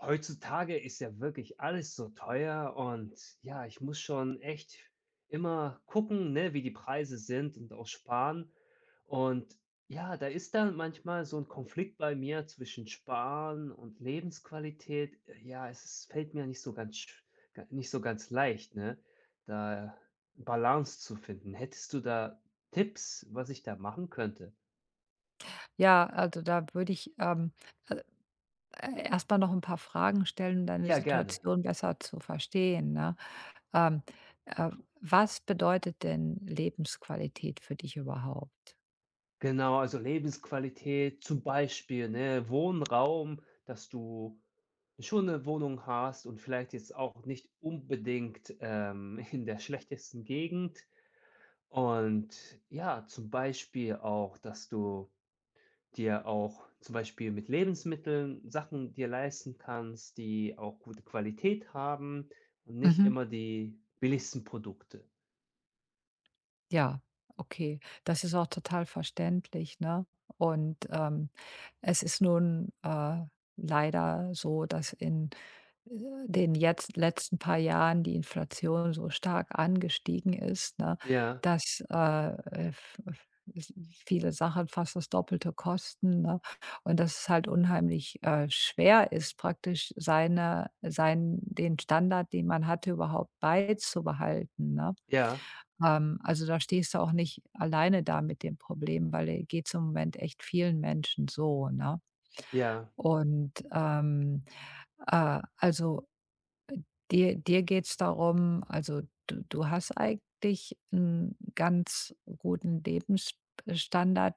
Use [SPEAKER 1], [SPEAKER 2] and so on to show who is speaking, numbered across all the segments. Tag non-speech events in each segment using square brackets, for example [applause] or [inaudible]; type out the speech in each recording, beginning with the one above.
[SPEAKER 1] Heutzutage ist ja wirklich alles so teuer und ja, ich muss schon echt immer gucken, ne, wie die Preise sind und auch sparen. Und ja, da ist dann manchmal so ein Konflikt bei mir zwischen Sparen und Lebensqualität. Ja, es ist fällt mir nicht so ganz sch ga nicht so ganz leicht, ne, da Balance zu finden. Hättest du da Tipps, was ich da machen könnte?
[SPEAKER 2] Ja, also da würde ich, äh, erst mal noch ein paar Fragen stellen, um deine
[SPEAKER 1] Ja, gerne.
[SPEAKER 2] Situation besser zu verstehen, ne? Ähm, äh, was bedeutet denn Lebensqualität für dich überhaupt?
[SPEAKER 1] Genau, also Lebensqualität, zum Beispiel, ne, Wohnraum, dass du schon 'ne Wohnung hast und vielleicht jetzt auch nicht unbedingt, [laughs] in der schlechtesten Gegend. Und ja, zum Beispiel auch, dass du dir auch zum Beispiel mit Lebensmitteln Sachen dir leisten kannst, die auch gute Qualität haben und nicht
[SPEAKER 2] Mhm.
[SPEAKER 1] immer die billigsten Produkte.
[SPEAKER 2] Ja, okay. Das ist auch total verständlich, ne? Und, es ist nun leider so, dass in, äh, den jetzt letzten paar Jahren die Inflation so stark angestiegen ist, ne,
[SPEAKER 1] Ja,
[SPEAKER 2] dass, f f s viele Sachen fast das Doppelte kosten, ne? Und dass es halt unheimlich, schwer ist, praktisch seine sein den Standard, den man hatte, überhaupt beizubehalten, ne?
[SPEAKER 1] ja,
[SPEAKER 2] Also, da stehst du auch nicht alleine da mit dem Problem, weil, geht's im Moment echt vielen Menschen so, ne?
[SPEAKER 1] ja,
[SPEAKER 2] Und, also dir geht's darum also, du hast eigentlich einen ganz guten Lebensstandard,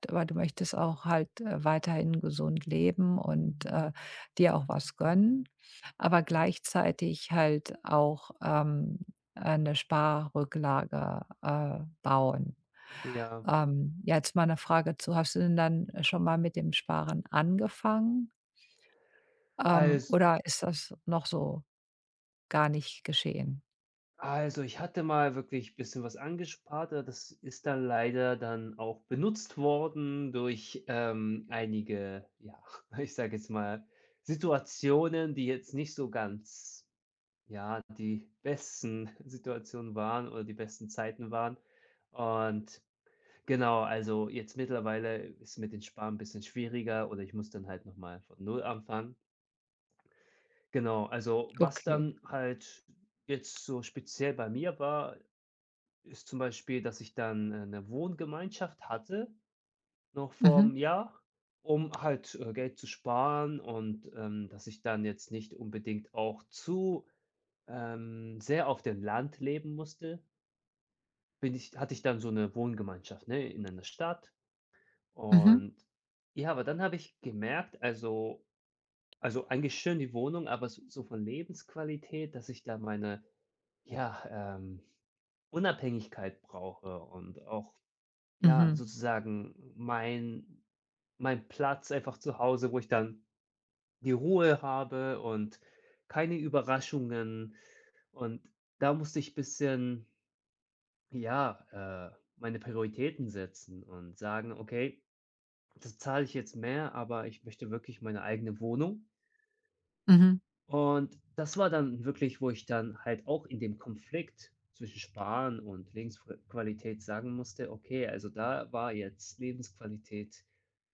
[SPEAKER 2] aber du möchtest auch halt, weiterhin gesund leben und, dir auch was gönnen, aber gleichzeitig halt auch, 'ne Sparrücklage, bauen.
[SPEAKER 1] ja.
[SPEAKER 2] Ja, jetzt mal eine Frage zu: Hast du denn dann schon mal mit dem Sparen angefangen,
[SPEAKER 1] also
[SPEAKER 2] oder ist das noch so gar nicht geschehen?
[SPEAKER 1] Also, ich hatte mal wirklich ein bisschen was angespart, aber das ist dann leider dann auch benutzt worden durch, einige, ja, [laughs] ich sage jetzt mal, Situationen, die jetzt nicht so ganz, ja, die besten [laughs] Situationen waren oder die besten Zeiten waren. Und genau, also, jetzt mittlerweile ist mit den Sparen ein bisschen schwieriger oder ich muss dann halt noch mal von Null anfangen. Genau, also, was
[SPEAKER 2] Okay.
[SPEAKER 1] dann halt jetzt so speziell bei mir war ist zum Beispiel, dass ich dann, 'ne Wohngemeinschaft hatte, noch vor
[SPEAKER 2] Mhm.
[SPEAKER 1] 'm Jahr, um halt, Geld zu sparen und, dass ich dann jetzt nicht unbedingt auch zu, sehr auf dem Land leben musste, bin ich hatte ich dann so eine Wohngemeinschaft, ne, in einer Stadt.
[SPEAKER 2] Mhm.
[SPEAKER 1] Und ja, aber dann habe ich gemerkt, also eigentlich schön die Wohnung, aber s so von Lebensqualität, dass ich da meine, ja, ähm, Unabhängigkeit brauche und auch ja,
[SPEAKER 2] Mhm.
[SPEAKER 1] sozusagen mein Platz einfach zu Hause, wo ich dann die Ruhe habe und keine Überraschungen. Und da musste ich ein bisschen, ja, meine Prioritäten setzen und sagen: „Okay, das zahle ich jetzt mehr, aber ich möchte wirklich meine eigene Wohnung.“
[SPEAKER 2] Mhm.
[SPEAKER 1] Und das war dann wirklich, wo ich dann halt auch in dem Konflikt zwischen Sparen und Lebensqualität sagen musste: „Okay, also da war jetzt Lebensqualität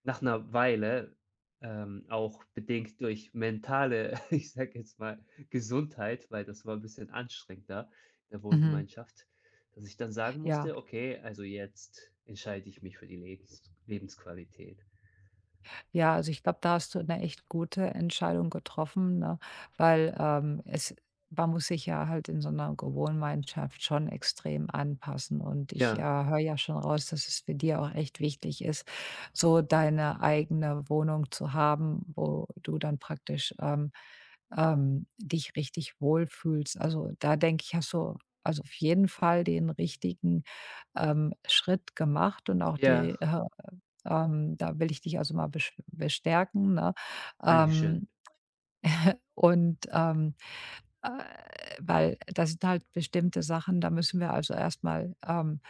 [SPEAKER 1] nach 'ner Weile, auch bedingt durch mentale, [laughs] ich sage jetzt mal, Gesundheit, weil das war 'n bisschen anstrengender in der
[SPEAKER 2] Mhm.
[SPEAKER 1] Wohngemeinschaft, dass ich dann sagen
[SPEAKER 2] Ja,
[SPEAKER 1] musste: Okay, also jetzt entscheide ich mich für die Lebensqualität.“
[SPEAKER 2] ja, also ich glaube, da hast du eine echt gute Entscheidung getroffen, ne? Weil, es man muss sich ja halt in so einer Gewohngemeinschaft schon extrem anpassen und ich,
[SPEAKER 1] Ja,
[SPEAKER 2] höre ja schon raus, dass es für dich auch echt wichtig ist, so deine eigene Wohnung zu haben, wo du dann praktisch, dich richtig wohlfühlst. Also, da denke ich, hast du also auf jeden Fall den richtigen, Schritt gemacht und auch
[SPEAKER 1] ja,
[SPEAKER 2] da will ich dich also mal besch bestärken, ne?
[SPEAKER 1] dankeschön.
[SPEAKER 2] Ähm, und, ähm, äh, weil das sind halt bestimmte Sachen, da müssen wir also erstmal ähm,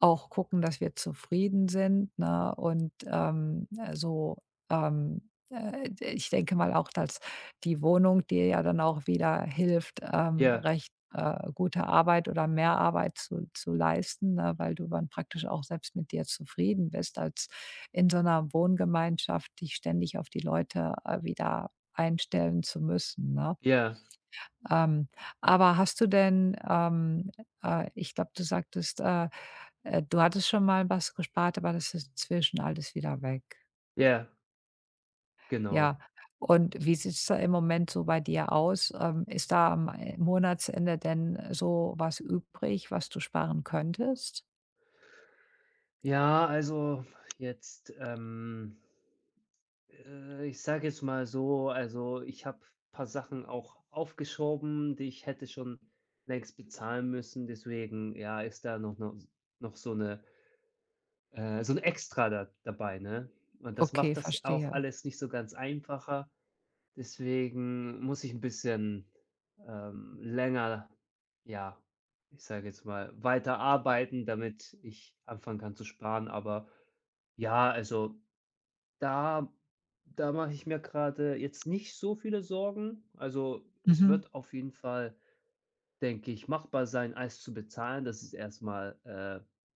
[SPEAKER 2] auch gucken, dass wir zufrieden sind, ne? Und, so, d ich denke mal auch, dass die Wohnung dir ja dann auch wieder hilft,
[SPEAKER 1] Ja,
[SPEAKER 2] recht, gute Arbeit oder mehr Arbeit zu leisten, ne, weil du dann praktisch auch selbst mit dir zufrieden bist, als in so einer Wohngemeinschaft dich ständig auf die Leute, wieder einstellen zu müssen, ne?
[SPEAKER 1] ja,
[SPEAKER 2] Ähm, aber hast du denn, ich glaube, du sagtest, du hattest schon mal was gespart, aber das ist inzwischen alles wieder weg.
[SPEAKER 1] ja, genau.
[SPEAKER 2] Ja. Und wie sieht's da im Moment so bei dir aus? Ist da am Monatsende denn so was übrig, was du sparen könntest?
[SPEAKER 1] Ja, also jetzt, ich sage jetzt mal so, also ich habe paar Sachen auch aufgeschoben, die ich hätte schon längst bezahlen müssen. Deswegen, ja, ist da noch noch so eine so ein Extra da dabei, ne? Und das
[SPEAKER 2] Okay,
[SPEAKER 1] macht das auch
[SPEAKER 2] verstehe.
[SPEAKER 1] alles nicht so ganz einfacher. Deswegen muss ich ein bisschen, länger, ja, ich sage jetzt mal, weiter arbeiten, damit ich anfangen kann zu sparen. Aber ja, also da da mache ich mir gerade jetzt nicht so viele Sorgen. Also, es
[SPEAKER 2] Mhm.
[SPEAKER 1] wird auf jeden Fall, denke ich, machbar sein, alles zu bezahlen. Das ist erstmal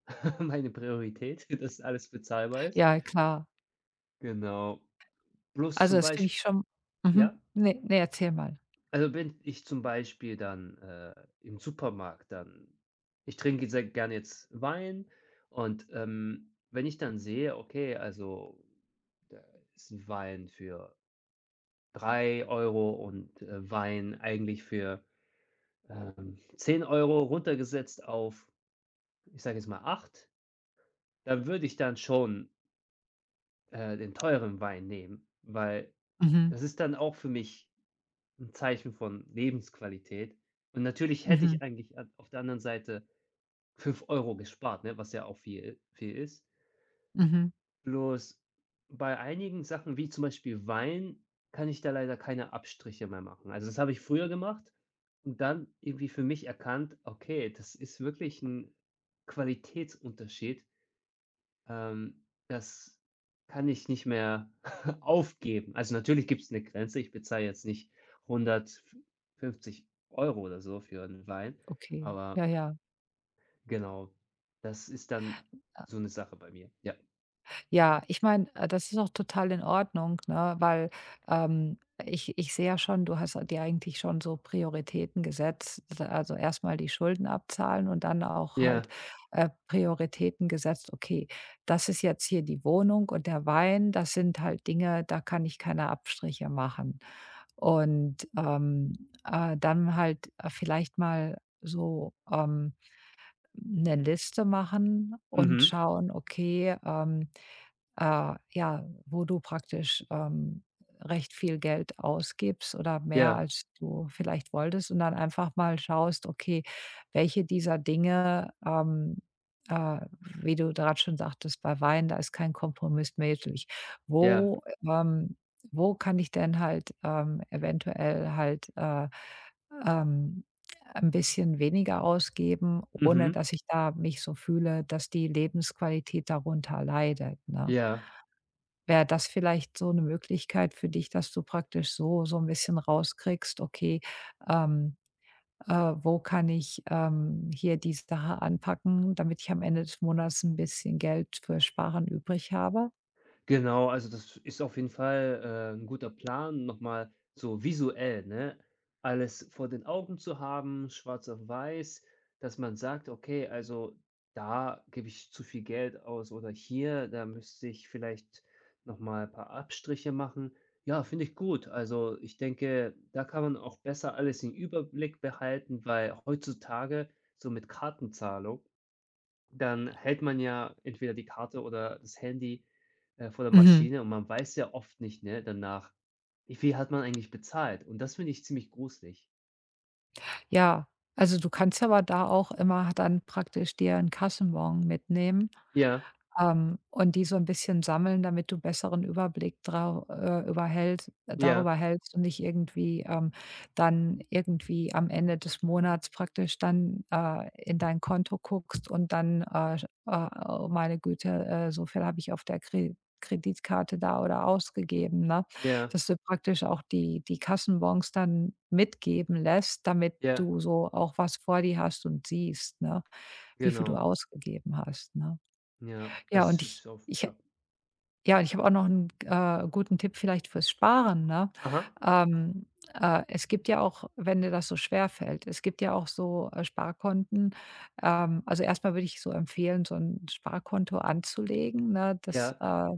[SPEAKER 1] äh, [laughs] meine Priorität, [laughs] dass alles bezahlbar ist.
[SPEAKER 2] Ja, klar.
[SPEAKER 1] Genau. Bloß
[SPEAKER 2] Also,
[SPEAKER 1] zum
[SPEAKER 2] das finde
[SPEAKER 1] Beispiel,
[SPEAKER 2] ich schon
[SPEAKER 1] ja?
[SPEAKER 2] mhm. Ne, ne, erzähl mal.
[SPEAKER 1] Also, wenn ich zum Beispiel dann, im Supermarkt dann ich trinke sehr gerne jetzt Wein und, wenn ich dann sehe, okay, also, da ist 'n Wein für 3 Euro und, Wein eigentlich für, 10 € runtergesetzt auf, ich sage jetzt mal 8, da würde ich dann schon, den teuren Wein nehmen, weil
[SPEAKER 2] Mhm.
[SPEAKER 1] das ist dann auch für mich ein Zeichen von Lebensqualität. Und natürlich hätte
[SPEAKER 2] Mhm,
[SPEAKER 1] ich eigentlich a auf der anderen Seite 5 Euro gespart, ne, was ja auch viel viel ist.
[SPEAKER 2] mhm,
[SPEAKER 1] Bloß bei einigen Sachen, wie zum Beispiel Wein, kann ich da leider keine Abstriche mehr machen. Also, das habe ich früher gemacht und dann irgendwie für mich erkannt: „Okay, das ist wirklich ein Qualitätsunterschied. Das kann ich nicht mehr [laughs] aufgeben.“ Also, natürlich gibt's eine Grenze. Ich bezahle jetzt nicht 150 Euro oder so für einen Wein,
[SPEAKER 2] okay.
[SPEAKER 1] aber
[SPEAKER 2] Ja, ja.
[SPEAKER 1] genau, das ist dann so eine Sache bei mir. Ja.
[SPEAKER 2] Ja, ich meine, das ist auch total in Ordnung, ne, weil, ähm, ich sehe ja schon, du hast dir eigentlich schon so Prioritäten gesetzt. Also, erstmal die Schulden abzahlen und dann auch
[SPEAKER 1] Ja.
[SPEAKER 2] halt, Prioritäten gesetzt. Okay, das ist jetzt hier die Wohnung und der Wein, das sind halt Dinge, da kann ich keine Abstriche machen. Und, dann halt, vielleicht mal so, eine Liste machen und
[SPEAKER 1] Mhm.
[SPEAKER 2] schauen, okay, ja, wo du praktisch, recht viel Geld ausgibst oder mehr,
[SPEAKER 1] Ja.
[SPEAKER 2] als du vielleicht wolltest und dann einfach mal schaust, okay, welche dieser Dinge, äh, wie du gerade schon sagtest, bei Wein, da ist kein Kompromiss möglich.
[SPEAKER 1] Ja,
[SPEAKER 2] Wo, ähm wo kann ich denn halt, eventuell halt, ähm ein bisschen weniger ausgeben, ohne
[SPEAKER 1] mhm,
[SPEAKER 2] dass ich da mich so fühle, dass die Lebensqualität darunter leidet, ne?
[SPEAKER 1] ja,
[SPEAKER 2] Wäre das vielleicht so 'ne Möglichkeit für dich, dass du praktisch so 'n bisschen rauskriegst: „Okay, ähm, äh, wo kann ich, hier die Sache anpacken, damit ich am Ende des Monats 'n bisschen Geld für Sparen übrig habe?“
[SPEAKER 1] genau. Also, das ist auf jeden Fall, 'n guter Plan, noch mal so visuell, ne, alles vor den Augen zu haben, schwarz auf weiß, dass man sagt: „Okay, also, da gebe ich zu viel Geld aus“ oder „hier, da müsste ich vielleicht noch mal paar Abstriche machen.“ Ja, finde ich gut. Also, ich denke, da kann man auch besser alles im Überblick behalten, weil heutzutage so mit Kartenzahlung dann hält man ja entweder die Karte oder das Handy, vor der
[SPEAKER 2] Mhm.
[SPEAKER 1] Maschine und man weiß ja oft nicht, ne, danach, wie viel hat man eigentlich bezahlt? Und das finde ich ziemlich gruselig.
[SPEAKER 2] Ja, also, du kannst aber da auch immer dann praktisch dir 'n Kassenbon mitnehmen.
[SPEAKER 1] Ja,
[SPEAKER 2] Und die so ein bisschen sammeln, damit du besseren Überblick drau überhält
[SPEAKER 1] ja,
[SPEAKER 2] darüber hältst und nicht irgendwie, dann irgendwie am Ende des Monats praktisch dann, in dein Konto guckst und dann, sch „Oh, meine Güte, so viel habe ich auf der Kreditkarte da oder ausgegeben“, ne?
[SPEAKER 1] ja,
[SPEAKER 2] Dass du praktisch auch die Kassenbons dann mitgeben lässt, damit
[SPEAKER 1] ja,
[SPEAKER 2] du so auch was vor dir hast und siehst, ne, wie viel du
[SPEAKER 1] genau.
[SPEAKER 2] ausgegeben hast, ne?
[SPEAKER 1] Ja,
[SPEAKER 2] Ja,
[SPEAKER 1] das
[SPEAKER 2] und
[SPEAKER 1] ist auf
[SPEAKER 2] ich
[SPEAKER 1] ja.
[SPEAKER 2] ich habe auch noch einen guten Tipp vielleicht fürs Sparen, ne?
[SPEAKER 1] Aha.
[SPEAKER 2] Ähm, es gibt ja auch, wenn dir das so schwer fällt es gibt ja auch so, Sparkonten. Also, erstmal würde ich so empfehlen, so ein Sparkonto anzulegen, ne? Das,
[SPEAKER 1] Ja,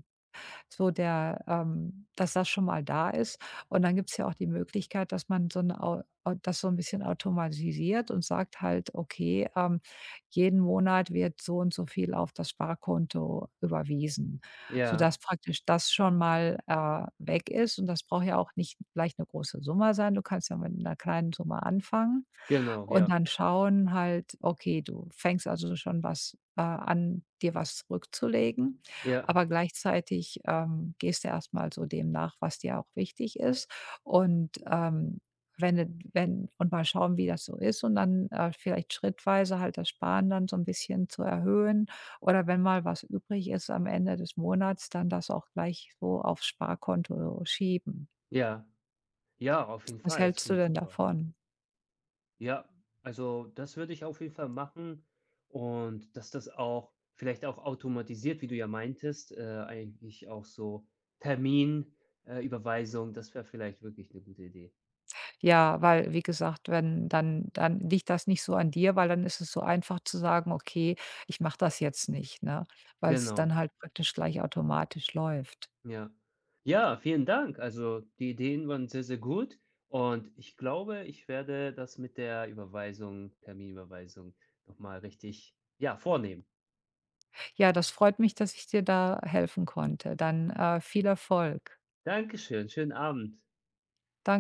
[SPEAKER 2] so der dass das schon mal da ist. Und dann gibt's ja auch die Möglichkeit, dass man so ein au au das so ein bisschen automatisiert und sagt halt: „Okay, jeden Monat wird so und so viel auf das Sparkonto überwiesen“,
[SPEAKER 1] ja,
[SPEAKER 2] sodass praktisch das schon mal, weg ist. Und das braucht ja auch nicht gleich eine große Summe sein. Du kannst ja mit einer kleinen Summe anfangen.
[SPEAKER 1] genau,
[SPEAKER 2] Und
[SPEAKER 1] ja,
[SPEAKER 2] dann schauen halt, okay, du fängst also schon was an, dir was zurückzulegen,
[SPEAKER 1] ja,
[SPEAKER 2] aber gleichzeitig, gehst du erstmal so dem nach, was dir auch wichtig ist. Und, wenn du wenn und mal schauen, wie das so ist und dann, vielleicht schrittweise halt das Sparen dann so ein bisschen zu erhöhen oder wenn mal was übrig ist am Ende des Monats, dann das auch gleich so aufs Sparkonto schieben.
[SPEAKER 1] ja, ja, auf jeden
[SPEAKER 2] Was
[SPEAKER 1] Fall, das
[SPEAKER 2] hältst du
[SPEAKER 1] klingt
[SPEAKER 2] denn
[SPEAKER 1] super.
[SPEAKER 2] davon?
[SPEAKER 1] Ja, also das würde ich auf jeden Fall machen und dass das auch vielleicht auch automatisiert, wie du ja meintest, eigentlich auch so Termin, Überweisung, das wäre vielleicht wirklich eine gute Idee.
[SPEAKER 2] Ja, weil, wie gesagt, wenn dann liegt das nicht so an dir, weil dann ist es so einfach zu sagen: „Okay, ich mache das jetzt nicht“, ne, weil es
[SPEAKER 1] Genau,
[SPEAKER 2] dann halt praktisch gleich automatisch läuft.
[SPEAKER 1] ja. Ja, vielen Dank. Also, die Ideen waren sehr, sehr gut und ich glaube, ich werde das mit der Überweisung Terminüberweisung noch mal richtig, ja, vornehmen.
[SPEAKER 2] Ja, das freut mich, dass ich dir da helfen konnte. Dann, viel Erfolg.
[SPEAKER 1] Dankeschön, schönen Abend.
[SPEAKER 2] Danke.